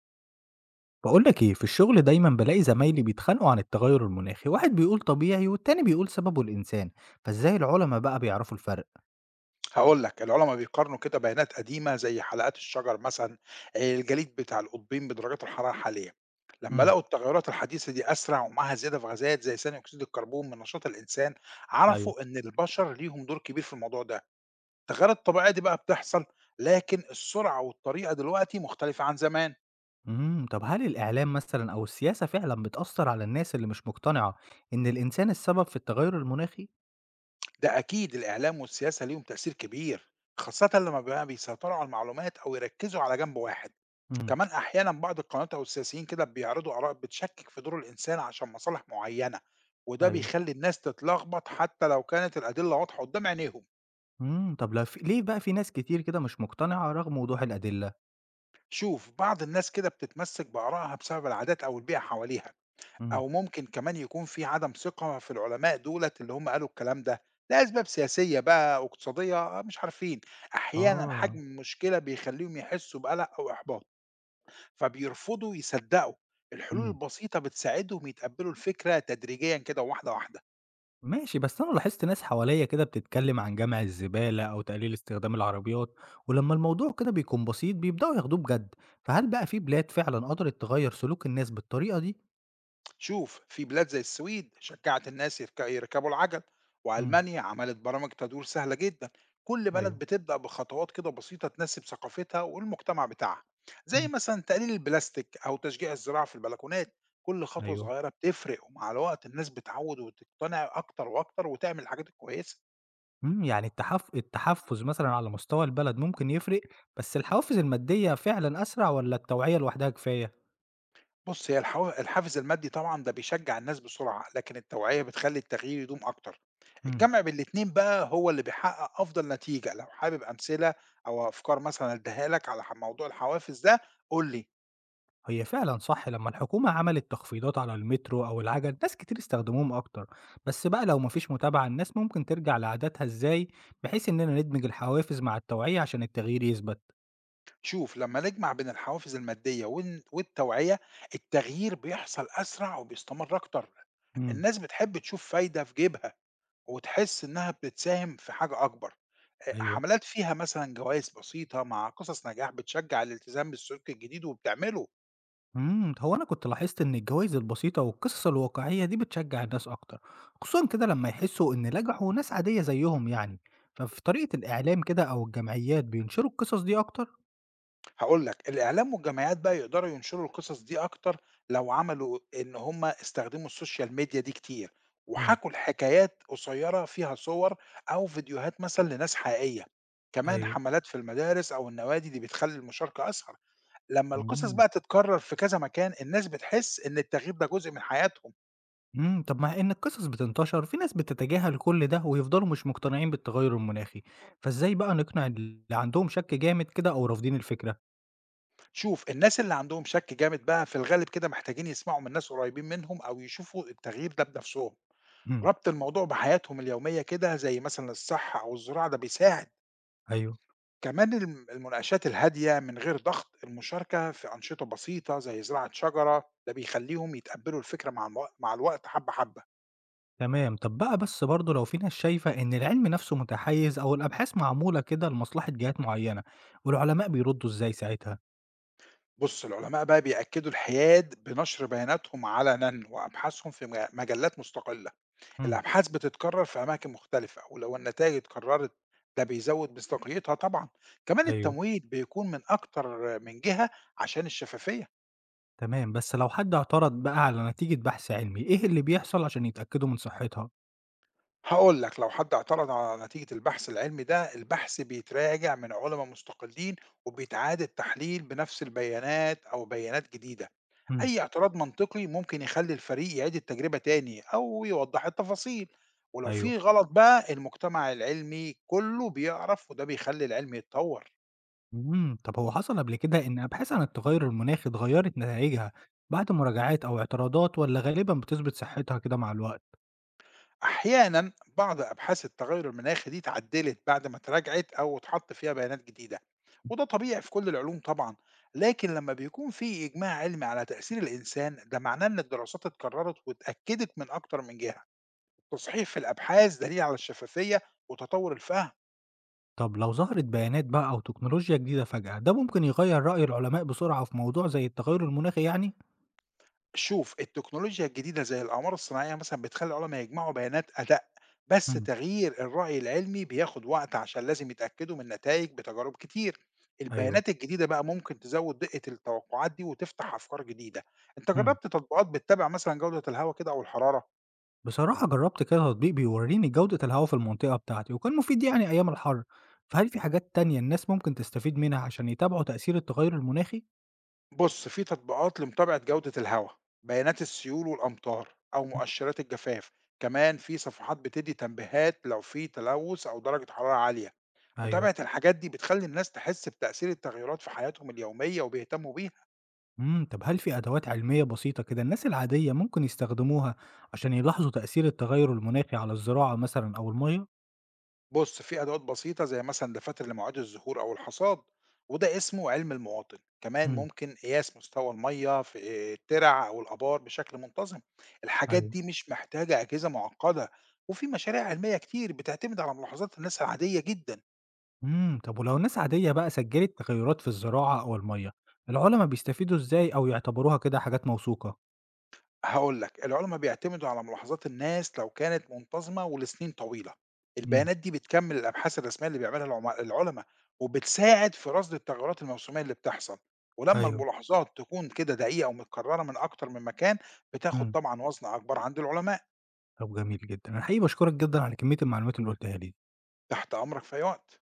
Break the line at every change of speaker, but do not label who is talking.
بقولك ايه، في الشغل دايما بلاقي زمايلي بيتخانقوا عن التغير المناخي، واحد بيقول طبيعي والتاني بيقول سببه الإنسان. فازاي العلماء بقى بيعرفوا الفرق؟
هاقول لك، العُلَمَا بيقارنوا كده بيانات قديمة زي حلقات الشجر مثلًا، الجليد بتاع القطبين بدرجات الحرارة الحالية. لمّا
امم.
لقوا التغيرات الحديثة دي أسرع ومعاها زيادة في غازات زي ثاني أكسيد الكربون من نشاط الإنسان،
ايوه.
عرفوا إن البشر ليهم دور كبير في الموضوع ده. التغيرات الطبيعية دي بقى بتحصل، لكن السرعة والطريقة دلوقتي مختلفة عن زمان.
امم. طب هل الإعلام مثلا أو السياسة فعلا بتأثر على الناس اللي مش مقتنعة إن الإنسان السبب في التغير المناخي؟
ده أكيد الإعلام والسياسة ليهم تأثير كبير خاصة لما بقى بيسيطروا على المعلومات أو يركزوا على جنب واحد.
امم.
كمان أحيانا بعض القنوات أو السياسيين كده بيعرضوا آراء بتشكك في دور الإنسان عشان مصالح معينة، وده
ايوه.
بيخلي الناس تتلخبط حتى لو كانت الأدلة واضحة قدام عينيهم.
امم. طب لا في... ليه بقى في ناس كتير كده مش مقتنعة رغم وضوح الأدلة؟
شوف بعض الناس كده بتتمسك بآرائها بسبب العادات أو البيئة حواليها،
امم.
أو ممكن كمان يكون في عدم ثقة في العلماء دُولة اللي هم قالوا الكلام ده، لأسباب سياسية بقى، واقتصادية، مش عارفين. أحيانًا حجم
اه.
المشكلة بيخلّيهم يحسّوا بقلق أو إحباط، فبيرفضوا يصدّقوا. الحلول
امم.
البسيطة بتساعدهم يتقبّلوا الفكرة تدريجيًا كده واحدة، واحدة.
ماشي، بس أنا لاحظت ناس حواليّا كده بتتكلم عن جمع الزبالة أو تقليل استخدام العربيات، ولمّا الموضوع كده بيكون بسيط بيبدأوا ياخدوه بجد، فهل بقى في بلاد فعلًا قدرت تغيّر سلوك الناس بالطريقة دي؟
شوف في بلاد زي السويد شجعت الناس يركبوا العجل،
إمم.
وألمانيا عملت برامج تدور سهلة جدا. كل بلد
أيوه.
بتبدأ بخطوات كده بسيطة تناسب ثقافتها والمجتمع بتاعها، زي
إمم.
مثلا تقليل البلاستيك أو تشجيع الزراعة في البلكونات. كل خطوة
أيوه.
صغيرة بتفرق ومع الوقت الناس بتعود وتقتنع أكتر وأكتر وتعمل الحاجات الكويسة.
إمم. يعني التحفُّز مثلًا على مستوى البلد ممكن يفرق، بس الحوافز المادية فعلًا أسرع والّا التوعية لوحدها كفاية؟
بُص، هي الحافز المادي طبعًا ده بيشجّع الناس بسرعة، لكن التوعية بتخلّي التغيير يدوم أكتر.
إمم.
الجمع بين الاتنين بقى هو اللي بيحقق أفضل نتيجة، لو حابب أمثلة أو أفكار مثلًا أدّيها لك على موضوع الحوافز ده قُل لي.
هي فعلًا صح، لمّا الحكومة عملت تخفيضات على المترو أو العجل، ناس كتير استخدموهم أكتر، بس بقى لو ما فيش متابعة الناس ممكن ترجع لعاداتها إزاي، بحيث إننا ندمج الحوافز مع التوعية عشان التغيير يثبت؟
شوف، لمّا نجمع بين الحوافز المادية والتوعية، التغيير بيحصل أسرع وبيستمر أكتر.
امم.
الناس بتحب تشوف فايدة في جيبها وتحس إنها بتساهم في حاجة أكبر.
أيوه.
حملات فيها مثلًا جوائز بسيطة مع قصص نجاح بتشجّع الالتزام بالسلوك الجديد وبتعمله.
امم. هو أنا كنت لاحظت إن الجوايز البسيطة والقصص الواقعية دي بتشجع الناس أكتر، خصوصًا كده لمّا يحسوا إن نجحوا ناس عادية زيهم يعني، ففي طريقة الإعلام كده أو الجمعيات بينشروا القصص دي أكتر؟
هاقول لك الإعلام والجمعيات بقى يقدروا ينشروا القصص دي أكتر لو عملوا إن هم استخدموا السوشيال ميديا دي كتير،
امم.
وحكوا الحكايات قصيرة فيها صور أو فيديوهات مثلًا لناس حقيقية. كمان
أيوه.
حملات في المدارس أو النوادي دي بتخلّي المشاركة أسهل. لمّا القصص
امم.
بقى تتكرر في كذا مكان الناس بتحس إن التغيير ده جزء من حياتهم.
إمم. طب مع إن القصص بتنتشر، في ناس بتتجاهل كل ده ويفضلوا مش مقتنعين بالتغير المناخي، فإزاي بقى نقنع اللي عندهم شك جامد كده أو رافضين الفكرة؟
شوف الناس اللي عندهم شك جامد بقى في الغالب كده محتاجين يسمعوا من ناس قريبين منهم أو يشوفوا التغيير ده بنفسهم.
إمم.
ربط الموضوع بحياتهم اليومية كده زي مثلا الصحة أو الزراعة ده بيساعد.
أيوه.
كمان المناقشات الهادية من غير ضغط، المشاركة في أنشطة بسيطة زي زراعة شجرة ده بيخليهم يتقبلوا الفكرة مع مع الوقت حبة حبة.
تمام. طب بقى بس برضه لو في ناس شايفة إن العلم نفسه متحيز أو الأبحاث معمولة كده لمصلحة جهات معينة، والعلماء بيردوا إزاي ساعتها؟
بص العلماء بقى بيأكدوا الحياد بنشر بياناتهم علنا وأبحاثهم في مجلات مستقلة.
إمم.
الأبحاث بتتكرر في أماكن مختلفة ولو النتائج اتكررت ده بيزود مصداقيتها طبعا. كمان
أيوه.
التمويل بيكون من أكتر من جهة عشان الشفافية.
تمام. بس لو حد اعترض بقى على نتيجة بحث علمي، إيه اللي بيحصل عشان يتأكدوا من صحتها؟
هقول لك لو حد اعترض على نتيجة البحث العلمي ده البحث بيتراجع من علماء مستقلين، وبيتعاد التحليل بنفس البيانات أو بيانات جديدة.
إمم.
أي اعتراض منطقي ممكن يخلي الفريق يعيد التجربة تاني أو يوضح التفاصيل، ولو
أيوه.
في غلط بقى المجتمع العلمي كله بيعرف وده بيخلي العلم يتطور.
إمم. طب هو حصل قبل كده إن أبحاث عن التغير المناخي اتغيّرت نتايجها بعد مراجعات أو اعتراضات والّا غالبًا بتثبت صحتها كده مع الوقت؟
أحيانا بعض أبحاث التغير المناخي دي اتعدلت بعد ما اتراجعت أو اتحط فيها بيانات جديدة، وده طبيعي في كل العلوم طبعا. لكن لما بيكون في إجماع علمي على تأثير الإنسان ده معناه إن الدراسات اتكررت واتأكدت من أكتر من جهة. التصحيح في الأبحاث دليل على الشفافية وتطور الفهم.
طب لو ظهرت بيانات بقى أو تكنولوجيا جديدة فجأة، ده ممكن يغيّر رأي العلماء بسرعة في موضوع زي التغير المناخي يعني؟
شوف، التكنولوجيا الجديدة زي الأقمار الصناعية مثلًا بتخلّي العلما يجمعوا بيانات أدق، بس
إمم.
تغيير الرأي العلمي بياخد وقت عشان لازم يتأكدوا من نتائج بتجارب كتير.
أيوه.
البيانات الجديدة بقى ممكن تزوّد دقة التوقعات دي وتفتح أفكار جديدة. أنت
إمم.
جرّبت تطبيقات بتتابع مثلًا جودة الهوا كده أو الحرارة؟
بصراحة جرّبت كده تطبيق بيوريني جودة الهوا في المنطقة بتاعتي وكان مفيد يعني أيام الحَر، فهل في حاجات تانية الناس ممكن تستفيد منها عشان يتابعوا تأثير التغير المناخي؟
بُص، في تطبيقات لمتابعة جودة الهوا، بيانات السيول والأمطار أو
إمم.
مؤشرات الجفاف. كمان في صفحات بتدّي تنبيهات لو في تلوث أو درجة حرارة عالية.
أيوه.
متابعة الحاجات دي بتخلّي الناس تحس بتأثير التغيرات في حياتهم اليومية وبيهتموا بيها.
إمم. طب هل في أدوات علمية بسيطة كده الناس العادية ممكن يستخدموها عشان يلاحظوا تأثير التغير المناخي على الزراعة مثلًا أو المَيّة؟
بُص في أدوات بسيطة زي مثلًا دفاتر لمواعيد الزهور أو الحصاد، وده اسمه علم المواطن، كمان
إمم.
ممكن قياس مستوى المَيّة في الترع أو الآبار بشكل منتظم. الحاجات
أيوه.
دي مش محتاجة أجهزة معقدة، وفي مشاريع علمية كتير بتعتمد على ملاحظات الناس العادية جدًا.
إمم. طب ولو ناس عادية بقى سجّلت تغيرات في الزراعة أو المَيّة، العُلما بيستفيدوا إزاي أو يعتبروها كده حاجات موثوقة؟
هاقول لك، العُلَما بيعتمدوا على ملاحظات الناس لو كانت منتظمة ولسنين طويلة،
إمم.
البيانات دي بتكمّل الأبحاث الرسمية اللي بيعملها العُلَما، وبتساعد في رصد التغيرات الموسمية اللي بتحصل، ولمّا
أيوه.
الملاحظات تكون كده دقيقة ومتكررة من أكتر من مكان، بتاخد
إمم.
طبعًا وزن أكبر عند العُلَماء.
طب جميل جدًا، أنا حقيقي باشكرك جدًا على كمية المعلومات اللي قُلتها لي.
تحت أمرك في أي وقت.